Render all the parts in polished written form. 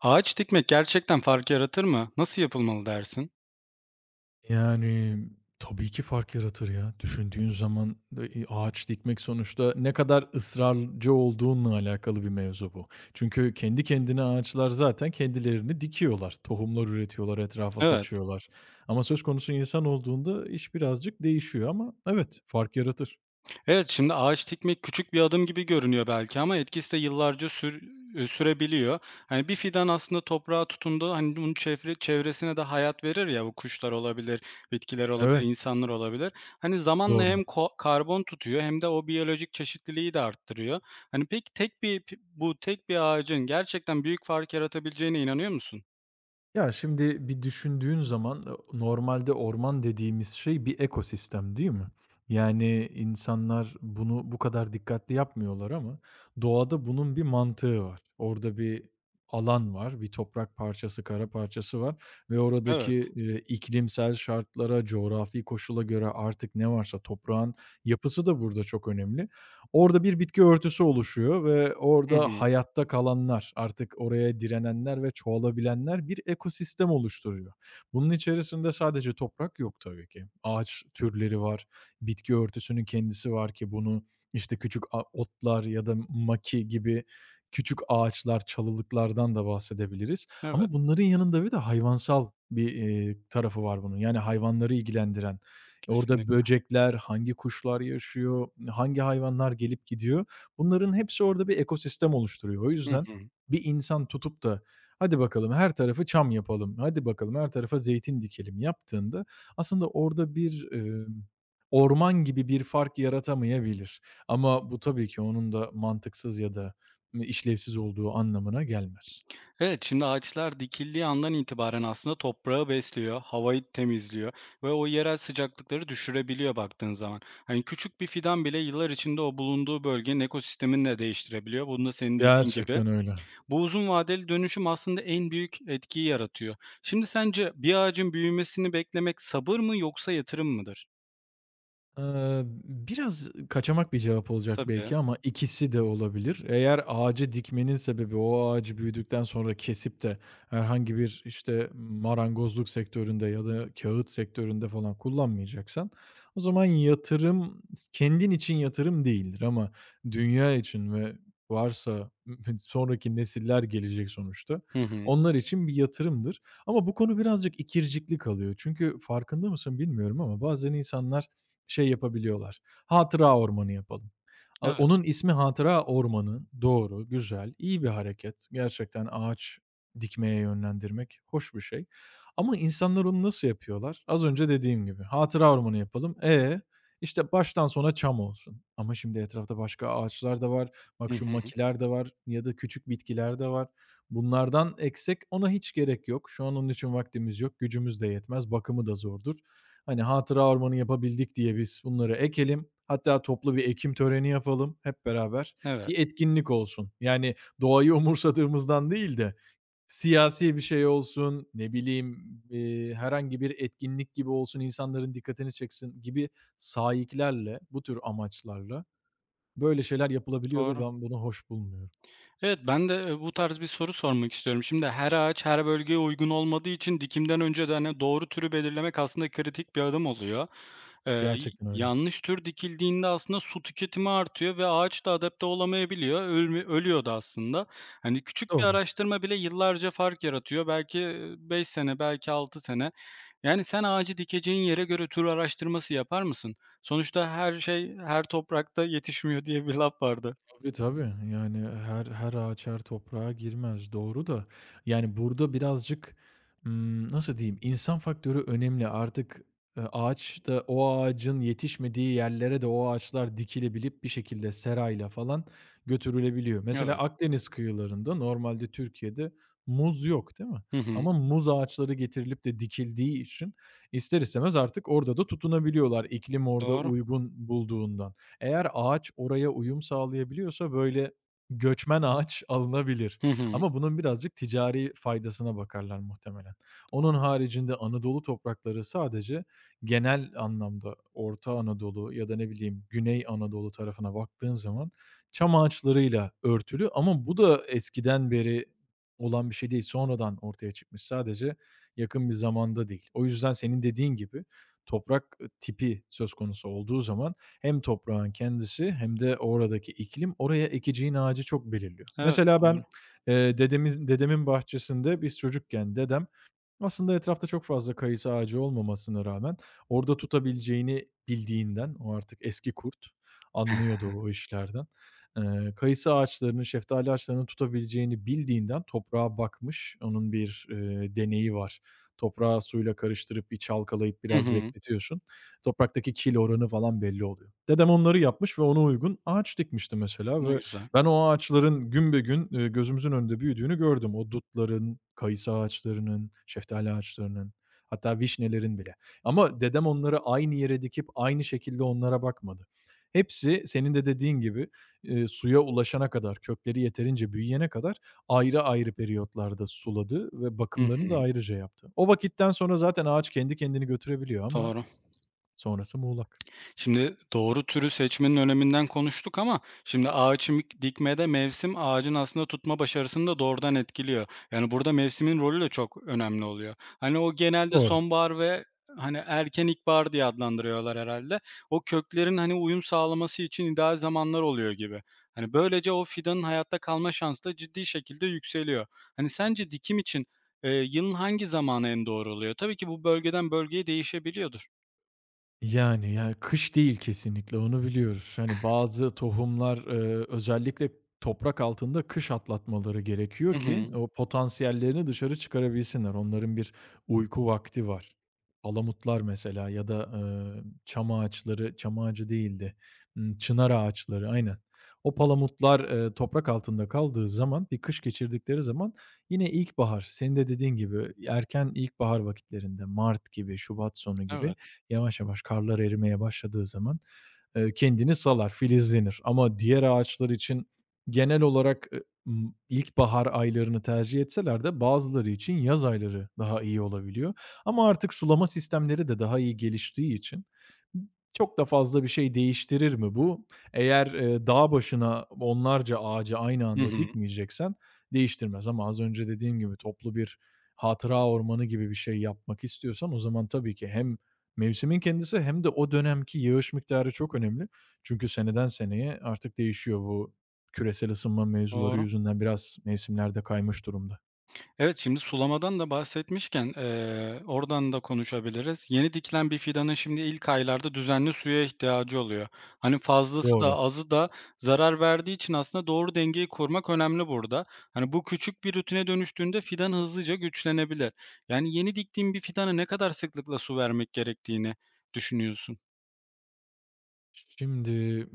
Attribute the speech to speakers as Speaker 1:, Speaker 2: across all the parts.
Speaker 1: Ağaç dikmek gerçekten fark yaratır mı? Nasıl yapılmalı dersin?
Speaker 2: Yani, tabii ki fark yaratır ya. Düşündüğün zaman da ağaç dikmek sonuçta ne kadar ısrarcı olduğunla alakalı bir mevzu bu. Çünkü kendi kendine ağaçlar zaten kendilerini dikiyorlar. Tohumlar üretiyorlar, etrafa
Speaker 1: Evet.
Speaker 2: saçıyorlar. Ama söz konusu insan olduğunda iş birazcık değişiyor ama evet, fark yaratır.
Speaker 1: Evet, şimdi ağaç dikmek küçük bir adım gibi görünüyor belki ama etkisi de yıllarca sürebiliyor. Hani bir fidan aslında toprağa tutunduğu, hani, bunun çevresine de hayat verir ya, bu kuşlar olabilir, bitkiler olabilir,
Speaker 2: Evet,
Speaker 1: insanlar olabilir. Hani zamanla
Speaker 2: doğru.
Speaker 1: hem karbon tutuyor hem de o biyolojik çeşitliliği de arttırıyor. Hani peki tek bir pi bu tek bir ağacın gerçekten büyük fark yaratabileceğine inanıyor musun?
Speaker 2: Ya, şimdi bir düşündüğün zaman, normalde orman dediğimiz şey bir ekosistem, değil mi? Yani, insanlar bunu bu kadar dikkatli yapmıyorlar ama doğada bunun bir mantığı var. Orada bir alan var, bir toprak parçası, kara parçası var ve oradaki,
Speaker 1: Evet.
Speaker 2: iklimsel şartlara, coğrafi koşula göre artık ne varsa toprağın yapısı da burada çok önemli. Orada bir bitki örtüsü oluşuyor ve
Speaker 1: Hı
Speaker 2: orada
Speaker 1: hı.
Speaker 2: hayatta kalanlar, artık oraya direnenler ve çoğalabilenler bir ekosistem oluşturuyor. Bunun içerisinde sadece toprak yok tabii ki. Ağaç türleri var, bitki örtüsünün kendisi var ki bunu, işte, küçük otlar ya da maki gibi küçük ağaçlar, çalılıklardan da bahsedebiliriz.
Speaker 1: Evet,
Speaker 2: Ama bunların yanında bir de hayvansal bir, tarafı var bunun. Yani hayvanları ilgilendiren, orada
Speaker 1: kesinlikle.
Speaker 2: böcekler, hangi kuşlar yaşıyor, hangi hayvanlar gelip gidiyor, bunların hepsi orada bir ekosistem oluşturuyor. O
Speaker 1: Hı
Speaker 2: yüzden
Speaker 1: hı.
Speaker 2: bir insan tutup da "Hadi bakalım her tarafı çam yapalım, hadi bakalım her tarafa zeytin dikelim." yaptığında aslında orada bir, orman gibi bir fark yaratamayabilir. Ama bu tabii ki onun da mantıksız ya da işlevsiz olduğu anlamına gelmez.
Speaker 1: Evet, şimdi ağaçlar dikildiği andan itibaren aslında toprağı besliyor, havayı temizliyor ve o yerel sıcaklıkları düşürebiliyor baktığın zaman. Hani küçük bir fidan bile yıllar içinde o bulunduğu bölgenin ekosistemini de değiştirebiliyor. Bunu senin dediğin gibi.
Speaker 2: Gerçekten öyle.
Speaker 1: Bu uzun vadeli dönüşüm aslında en büyük etkiyi yaratıyor. Şimdi sence bir ağacın büyümesini beklemek sabır mı yoksa yatırım mıdır?
Speaker 2: Biraz kaçamak bir cevap olacak
Speaker 1: Tabii.
Speaker 2: belki ama ikisi de olabilir. Eğer ağacı dikmenin sebebi o ağacı büyüdükten sonra kesip de herhangi bir, işte, marangozluk sektöründe ya da kağıt sektöründe falan kullanmayacaksan o zaman kendin için yatırım değildir ama dünya için ve varsa sonraki nesiller gelecek sonuçta,
Speaker 1: Hı hı.
Speaker 2: onlar için bir yatırımdır. Ama bu konu birazcık ikircikli kalıyor. Çünkü farkında mısın bilmiyorum ama bazen insanlar şey yapabiliyorlar. Hatıra ormanı yapalım. A
Speaker 1: Evet.
Speaker 2: onun ismi hatıra ormanı. Doğru, güzel, iyi bir hareket. Gerçekten ağaç dikmeye yönlendirmek hoş bir şey. Ama insanlar onu nasıl yapıyorlar? Az önce dediğim gibi hatıra ormanı yapalım. E, işte baştan sona çam olsun. Ama şimdi etrafta başka ağaçlar da var.
Speaker 1: Hı
Speaker 2: Bak şu
Speaker 1: hı.
Speaker 2: makiler de var ya da küçük bitkiler de var. Bunlardan eksek ona hiç gerek yok. Şu an onun için vaktimiz yok, gücümüz de yetmez, bakımı da zordur. Hani hatıra ormanı yapabildik diye biz bunları ekelim. Hatta toplu bir ekim töreni yapalım hep beraber.
Speaker 1: Evet.
Speaker 2: Bir etkinlik olsun. Yani doğayı umursadığımızdan değil de siyasi bir şey olsun, ne bileyim, herhangi bir etkinlik gibi olsun, insanların dikkatini çeksin gibi sahiplerle bu tür amaçlarla böyle şeyler yapılabiliyor ve
Speaker 1: Doğru.
Speaker 2: ben bunu hoş bulmuyorum.
Speaker 1: Evet, ben de, bu tarz bir soru sormak istiyorum. Şimdi her ağaç her bölgeye uygun olmadığı için dikimden önce de, hani, doğru türü belirlemek aslında kritik bir adım oluyor. Y
Speaker 2: Gerçekten öyle.
Speaker 1: Yanlış tür dikildiğinde aslında su tüketimi artıyor ve ağaç da adapte olamayabiliyor. Ölüyor da aslında. Hani, küçük bir
Speaker 2: Doğru.
Speaker 1: araştırma bile yıllarca fark yaratıyor. Belki, 5 sene, belki 6 sene. Yani sen ağacı dikeceğin yere göre tür araştırması yapar mısın? Sonuçta her şey her toprakta yetişmiyor diye bir laf vardı.
Speaker 2: Tabii, tabii. Yani e, her ağaç her toprağa girmez. Doğru da yani burada birazcık, nasıl diyeyim, insan faktörü önemli. Artık, ağaç da o ağacın yetişmediği yerlere de o ağaçlar dikilebilip bir şekilde serayla falan götürülebiliyor. Mesela
Speaker 1: Evet.
Speaker 2: Akdeniz kıyılarında normalde Türkiye'de muz yok, değil mi?
Speaker 1: Hı hı.
Speaker 2: Ama muz ağaçları getirilip de dikildiği için ister istemez artık orada da tutunabiliyorlar iklim orada
Speaker 1: Doğru.
Speaker 2: uygun bulduğundan. Eğer ağaç oraya uyum sağlayabiliyorsa böyle göçmen ağaç alınabilir
Speaker 1: Hı hı.
Speaker 2: ama bunun birazcık ticari faydasına bakarlar muhtemelen. Onun haricinde Anadolu toprakları sadece genel anlamda Orta Anadolu ya da ne bileyim Güney Anadolu tarafına baktığın zaman çam ağaçlarıyla örtülü ama bu da eskiden beri olan bir şey değil. Sonradan ortaya çıkmış. Sadece yakın bir zamanda değil. O yüzden senin dediğin gibi toprak, tipi söz konusu olduğu zaman hem toprağın kendisi hem de oradaki iklim oraya ekeceğin ağacı çok belirliyor.
Speaker 1: Evet,
Speaker 2: Mesela
Speaker 1: doğru.
Speaker 2: ben, dedemiz dedemin bahçesinde biz çocukken dedem aslında etrafta çok fazla kayısı ağacı olmamasına rağmen orada tutabileceğini bildiğinden, o artık eski kurt, anlıyordu o işlerden. Kayısı ağaçlarını, şeftali ağaçlarını tutabileceğini bildiğinden toprağa bakmış. Onun bir, deneyi var. Toprağı suyla karıştırıp bir çalkalayıp
Speaker 1: Hı
Speaker 2: biraz
Speaker 1: hı.
Speaker 2: bekletiyorsun. Topraktaki kil oranı falan belli oluyor. Dedem onları yapmış ve ona uygun ağaç dikmişti mesela
Speaker 1: Ne
Speaker 2: ve
Speaker 1: güzel.
Speaker 2: ben o ağaçların günbegün, gözümüzün önünde büyüdüğünü gördüm. O dutların, kayısı ağaçlarının, şeftali ağaçlarının, hatta vişnelerin bile. Ama dedem onları aynı yere dikip aynı şekilde onlara bakmadı. Hepsi senin de dediğin gibi, suya ulaşana kadar, kökleri yeterince büyüyene kadar ayrı ayrı periyotlarda suladı ve
Speaker 1: Hı
Speaker 2: bakımlarını
Speaker 1: hı.
Speaker 2: da ayrıca yaptı. O vakitten sonra zaten ağaç kendi kendini götürebiliyor ama
Speaker 1: Doğru.
Speaker 2: sonrası muğlak.
Speaker 1: Şimdi doğru türü seçmenin öneminden konuştuk ama şimdi ağaç dikmede mevsim ağacın aslında tutma başarısını da doğrudan etkiliyor. Yani burada mevsimin rolü de çok önemli oluyor. Hani o genelde
Speaker 2: Doğru.
Speaker 1: sonbahar ve hani erken ilkbahar diye adlandırıyorlar herhalde. O köklerin hani uyum sağlaması için ideal zamanlar oluyor gibi. Hani böylece o fidanın hayatta kalma şansı da ciddi şekilde yükseliyor. Hani sence dikim için yılın hangi zamanı en doğru oluyor? Tabii ki bu bölgeden bölgeye değişebiliyordur.
Speaker 2: Yani, ya, kış değil kesinlikle, onu biliyoruz. Hani, bazı tohumlar, özellikle toprak altında kış atlatmaları
Speaker 1: Hı
Speaker 2: gerekiyor ki
Speaker 1: hı.
Speaker 2: o potansiyellerini dışarı çıkarabilsinler. Onların bir uyku vakti var. Palamutlar mesela ya da, çam ağacı değildi, çınar ağaçları, aynen. O palamutlar, toprak altında kaldığı zaman, bir kış geçirdikleri zaman yine ilkbahar, senin de dediğin gibi erken ilkbahar vakitlerinde, mart gibi, şubat sonu gibi
Speaker 1: Evet.
Speaker 2: yavaş yavaş karlar erimeye başladığı zaman, kendini salar, filizlenir. Ama diğer ağaçlar için genel olarak, ilkbahar aylarını tercih etseler de bazıları için yaz ayları daha iyi olabiliyor. Ama artık sulama sistemleri de daha iyi geliştiği için çok da fazla bir şey değiştirir mi bu? Eğer, dağ başına onlarca ağacı aynı
Speaker 1: Hı
Speaker 2: anda
Speaker 1: hı.
Speaker 2: dikmeyeceksen değiştirmez ama az önce dediğim gibi toplu bir hatıra ormanı gibi bir şey yapmak istiyorsan o zaman tabii ki hem mevsimin kendisi hem de o dönemki yağış miktarı çok önemli. Çünkü seneden seneye artık değişiyor bu küresel ısınma mevzuları
Speaker 1: Doğru.
Speaker 2: yüzünden biraz mevsimlerde kaymış durumda.
Speaker 1: Evet, şimdi sulamadan da bahsetmişken, oradan da konuşabiliriz. Yeni dikilen bir fidanın şimdi ilk aylarda düzenli suya ihtiyacı oluyor. Hani fazlası da
Speaker 2: Doğru.
Speaker 1: azı da zarar verdiği için aslında doğru dengeyi kurmak önemli burada. Hani bu küçük bir rutine dönüştüğünde fidan hızlıca güçlenebilir. Yani yeni diktiğin bir fidana ne kadar sıklıkla su vermek gerektiğini düşünüyorsun?
Speaker 2: Şimdi,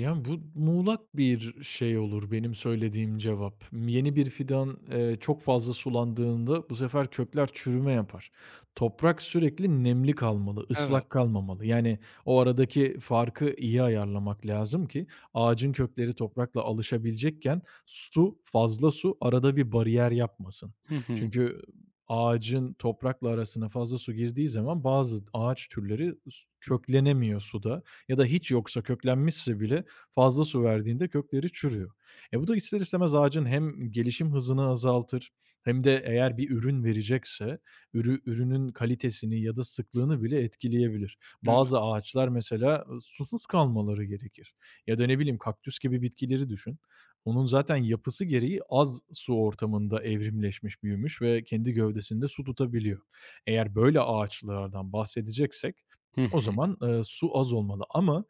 Speaker 2: yani, bu muğlak bir şey olur benim söylediğim cevap. Yeni bir fidan, çok fazla sulandığında bu sefer kökler çürüme yapar. Toprak sürekli nemli kalmalı,
Speaker 1: Evet.
Speaker 2: ıslak kalmamalı. Yani, o aradaki farkı iyi ayarlamak lazım ki ağacın kökleri toprakla alışabilecekken su, fazla su arada bir bariyer yapmasın.
Speaker 1: Hı hı.
Speaker 2: Çünkü ağacın toprakla arasına fazla su girdiği zaman bazı ağaç türleri köklenemiyor suda ya da hiç yoksa köklenmişse bile fazla su verdiğinde kökleri çürüyor. E, bu da ister istemez ağacın hem gelişim hızını azaltır hem de eğer bir ürün verecekse ürünün kalitesini ya da sıklığını bile etkileyebilir.
Speaker 1: Evet.
Speaker 2: Bazı ağaçlar mesela, susuz kalmaları gerekir ya da ne bileyim kaktüs gibi bitkileri düşün. Onun zaten yapısı gereği az su ortamında evrimleşmiş, büyümüş ve kendi gövdesinde su tutabiliyor. Eğer böyle ağaçlardan bahsedeceksek
Speaker 1: Hı
Speaker 2: o
Speaker 1: hı.
Speaker 2: zaman, su az olmalı ama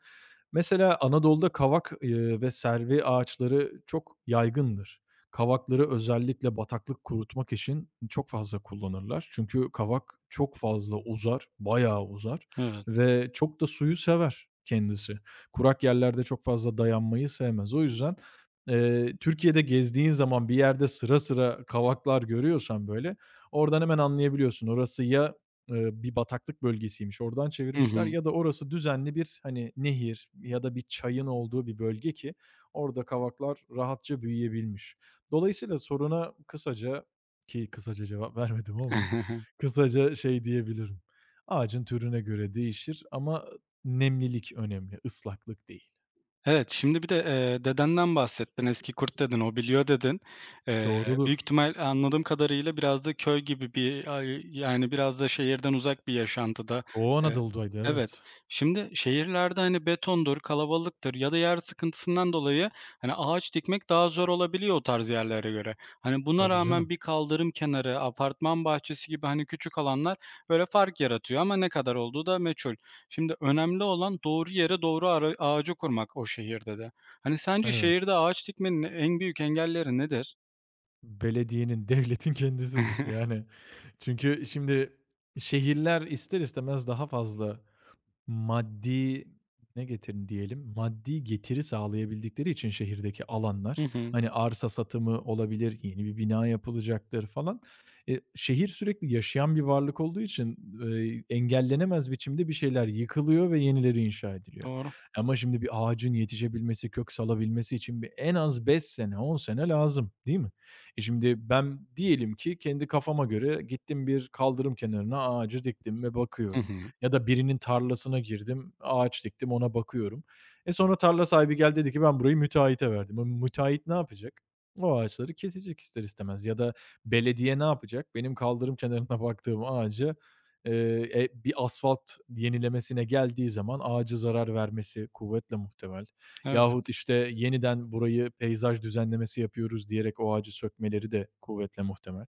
Speaker 2: mesela Anadolu'da kavak, ve servi ağaçları çok yaygındır. Kavakları özellikle bataklık kurutmak için çok fazla kullanırlar. Çünkü kavak çok fazla uzar, bayağı uzar
Speaker 1: Evet.
Speaker 2: ve çok da suyu sever kendisi. Kurak yerlerde çok fazla dayanmayı sevmez. O yüzden, Türkiye'de gezdiğin zaman bir yerde sıra sıra kavaklar görüyorsan böyle, oradan hemen anlayabiliyorsun. Orası ya bir bataklık bölgesiymiş, oradan
Speaker 1: Hı
Speaker 2: çevirmişler
Speaker 1: hı.
Speaker 2: ya da orası düzenli bir, hani, nehir ya da bir çayın olduğu bir bölge ki orada kavaklar rahatça büyüyebilmiş. Dolayısıyla soruna kısaca cevap vermedim ama kısaca şey diyebilirim, ağacın türüne göre değişir ama nemlilik önemli, ıslaklık değil.
Speaker 1: Evet, şimdi bir de, dedenden bahsettin, "Eski kurt." dedin, "O biliyor." dedin. Büyük
Speaker 2: Doğrudur.
Speaker 1: ihtimal anladığım kadarıyla biraz da köy gibi bir, ay yani, biraz da şehirden uzak bir yaşantıda.
Speaker 2: Doğu
Speaker 1: Eee
Speaker 2: Anadolu'daydı,
Speaker 1: Evet.
Speaker 2: evet.
Speaker 1: Şimdi şehirlerde, hani, betondur, kalabalıktır ya da yer sıkıntısından dolayı, hani, ağaç dikmek daha zor olabiliyor o tarz yerlere göre. Hani, buna
Speaker 2: Tabii
Speaker 1: rağmen
Speaker 2: canım.
Speaker 1: bir kaldırım kenarı, apartman bahçesi gibi, hani, küçük alanlar böyle fark yaratıyor ama ne kadar olduğu da meçhul. Şimdi önemli olan doğru yere doğru ağacı kurmak o şehirde de. Hani sence
Speaker 2: Evet.
Speaker 1: şehirde ağaç dikmenin en büyük engelleri nedir?
Speaker 2: Belediyenin, devletin kendisidir. Yani çünkü şimdi şehirler ister istemez daha fazla Maddi maddi getiri sağlayabildikleri için şehirdeki
Speaker 1: Hı
Speaker 2: alanlar,
Speaker 1: hı.
Speaker 2: hani, arsa satımı olabilir, yeni bir bina yapılacaktır falan. Şehir sürekli yaşayan bir varlık olduğu için, engellenemez biçimde bir şeyler yıkılıyor ve yenileri inşa ediliyor.
Speaker 1: Doğru.
Speaker 2: Ama şimdi bir ağacın yetişebilmesi, kök salabilmesi için bir en az 5 sene, 10 sene lazım, değil mi? E, şimdi ben diyelim ki kendi kafama göre gittim bir kaldırım kenarına ağacı diktim ve
Speaker 1: Hı
Speaker 2: bakıyorum
Speaker 1: hı.
Speaker 2: ya da birinin tarlasına girdim, ağaç diktim, ona bakıyorum. E, sonra tarla sahibi geldi dedi ki ben burayı müteahhite verdim. E, müteahhit ne yapacak? O ağaçları kesecek ister istemez ya da belediye ne yapacak? Benim kaldırım kenarına baktığım ağacı, eee, bir asfalt yenilemesine geldiği zaman ağacı zarar vermesi kuvvetle muhtemel.
Speaker 1: Evet.
Speaker 2: Yahut işte yeniden burayı peyzaj düzenlemesi yapıyoruz diyerek o ağacı sökmeleri de kuvvetle muhtemel.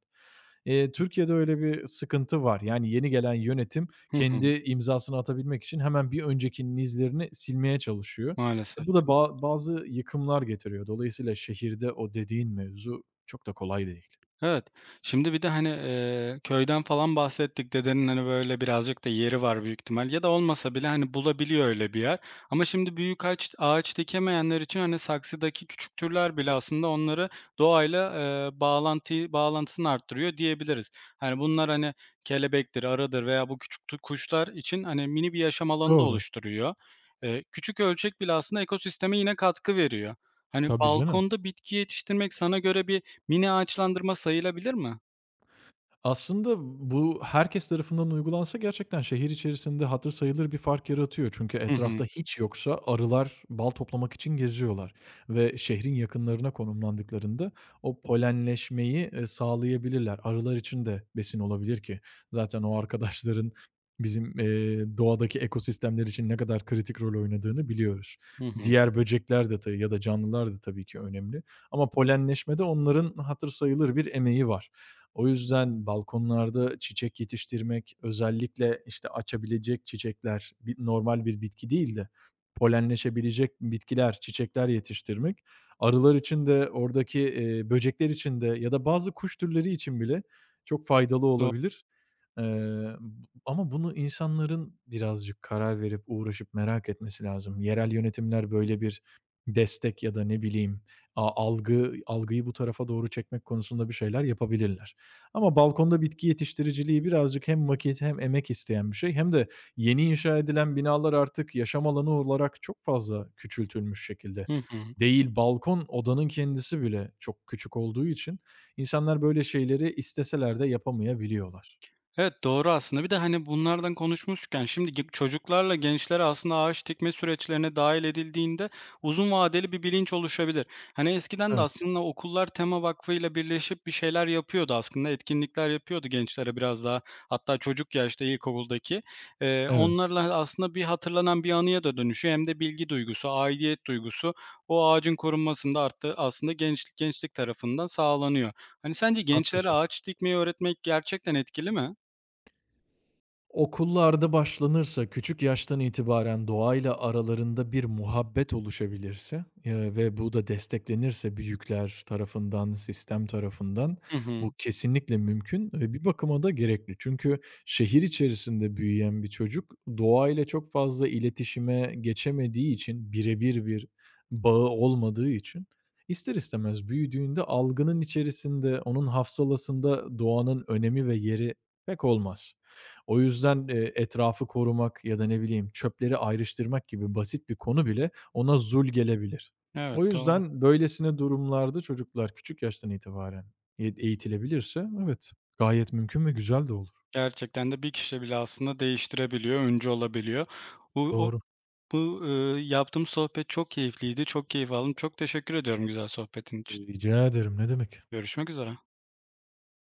Speaker 2: Türkiye'de öyle bir sıkıntı var. Yani yeni gelen yönetim
Speaker 1: Hı hı.
Speaker 2: kendi imzasını atabilmek için hemen bir öncekinin izlerini silmeye çalışıyor. E, bu
Speaker 1: Maalesef.
Speaker 2: da bazı yıkımlar getiriyor. Dolayısıyla şehirde o dediğin mevzu çok da kolay değil.
Speaker 1: Evet. Şimdi bir de, hani, köyden falan bahsettik. Dedenin, hani, böyle birazcık da yeri var büyük ihtimal ya da olmasa bile, hani, bulabiliyor öyle bir yer. Ama şimdi büyük ağaç dikemeyenler için, hani, saksıdaki küçük türler bile aslında onları doğayla, bağlantısını arttırıyor diyebiliriz. Hani, bunlar, hani, kelebektir, arıdır veya bu küçük kuşlar için, hani, mini bir yaşam alanı da
Speaker 2: Doğru.
Speaker 1: oluşturuyor. Küçük ölçek bile aslında ekosisteme yine katkı veriyor. Hani,
Speaker 2: Tabii canım.
Speaker 1: balkonda bitki yetiştirmek sana göre bir mini ağaçlandırma sayılabilir mi?
Speaker 2: Aslında bu herkes tarafından uygulansa gerçekten şehir içerisinde hatır sayılır bir fark yaratıyor. Çünkü
Speaker 1: Hı hı.
Speaker 2: etrafta hiç yoksa arılar bal toplamak için geziyorlar ve şehrin yakınlarına konumlandıklarında o polenleşmeyi, sağlayabilirler. Arılar için de besin olabilir ki zaten o arkadaşların bizim, doğadaki ekosistemler için ne kadar kritik rol oynadığını biliyoruz.
Speaker 1: Hı hı.
Speaker 2: Diğer böcekler de ya da canlılar da tabii ki önemli ama polenleşmede onların hatır sayılır bir emeği var. O yüzden balkonlarda çiçek yetiştirmek, özellikle, işte, açabilecek çiçekler, normal bir bitki değil de polenleşebilecek bitkiler, çiçekler yetiştirmek, arılar için de oradaki, böcekler için de ya da bazı kuş türleri için bile çok faydalı
Speaker 1: Do
Speaker 2: olabilir. Eee, Ama bunu insanların birazcık karar verip, uğraşıp, merak etmesi lazım. Yerel yönetimler böyle bir destek ya da ne bileyim, a algı algıyı bu tarafa doğru çekmek konusunda bir şeyler yapabilirler. Ama balkonda bitki yetiştiriciliği birazcık hem vakit hem emek isteyen bir şey hem de yeni inşa edilen binalar artık yaşam alanı olarak çok fazla küçültülmüş şekilde.
Speaker 1: Hı hı.
Speaker 2: Değil, balkon odanın kendisi bile çok küçük olduğu için insanlar böyle şeyleri isteseler de yapamayabiliyorlar.
Speaker 1: Evet, doğru aslında. Bir de, hani, bunlardan konuşmuşken şimdi çocuklarla gençler aslında ağaç dikme süreçlerine dahil edildiğinde uzun vadeli bir bilinç oluşabilir. Hani, eskiden de
Speaker 2: Evet,
Speaker 1: aslında okullar Tema Vakfı'yla birleşip bir şeyler yapıyordu aslında, etkinlikler yapıyordu gençlere biraz daha. Hatta çocuk yaşta ilkokuldaki.
Speaker 2: evet.
Speaker 1: Onlarla aslında bir hatırlanan bir anıya da dönüşüyor hem de bilgi duygusu, aidiyet duygusu o ağacın korunmasında arttı aslında gençlik tarafından sağlanıyor. Hani, sence gençlere
Speaker 2: Haklısın.
Speaker 1: ağaç dikmeyi öğretmek gerçekten etkili mi?
Speaker 2: Okullarda başlanırsa küçük yaştan itibaren doğayla aralarında bir muhabbet oluşabilirse, ve bu da desteklenirse büyükler tarafından, sistem tarafından
Speaker 1: Hı hı.
Speaker 2: bu kesinlikle mümkün ve bir bakıma da gerekli. Çünkü şehir içerisinde büyüyen bir çocuk doğayla çok fazla iletişime geçemediği için, birebir bir bağı olmadığı için ister istemez büyüdüğünde algının içerisinde, onun hafsalasında doğanın önemi ve yeri pek olmaz. O yüzden, etrafı korumak ya da ne bileyim çöpleri ayrıştırmak gibi basit bir konu bile ona zul gelebilir.
Speaker 1: Evet,
Speaker 2: O
Speaker 1: doğru.
Speaker 2: yüzden böylesine durumlarda çocuklar küçük yaştan itibaren eğitilebilirse evet, gayet mümkün ve güzel de olur.
Speaker 1: Gerçekten de bir kişi bile aslında değiştirebiliyor, öncü olabiliyor. Bu o
Speaker 2: Doğru.
Speaker 1: bu, Yaptığımız sohbet çok keyifliydi. Çok keyif aldım. Çok teşekkür ediyorum güzel sohbetin için.
Speaker 2: Rica ederim, ne demek.
Speaker 1: Görüşmek üzere.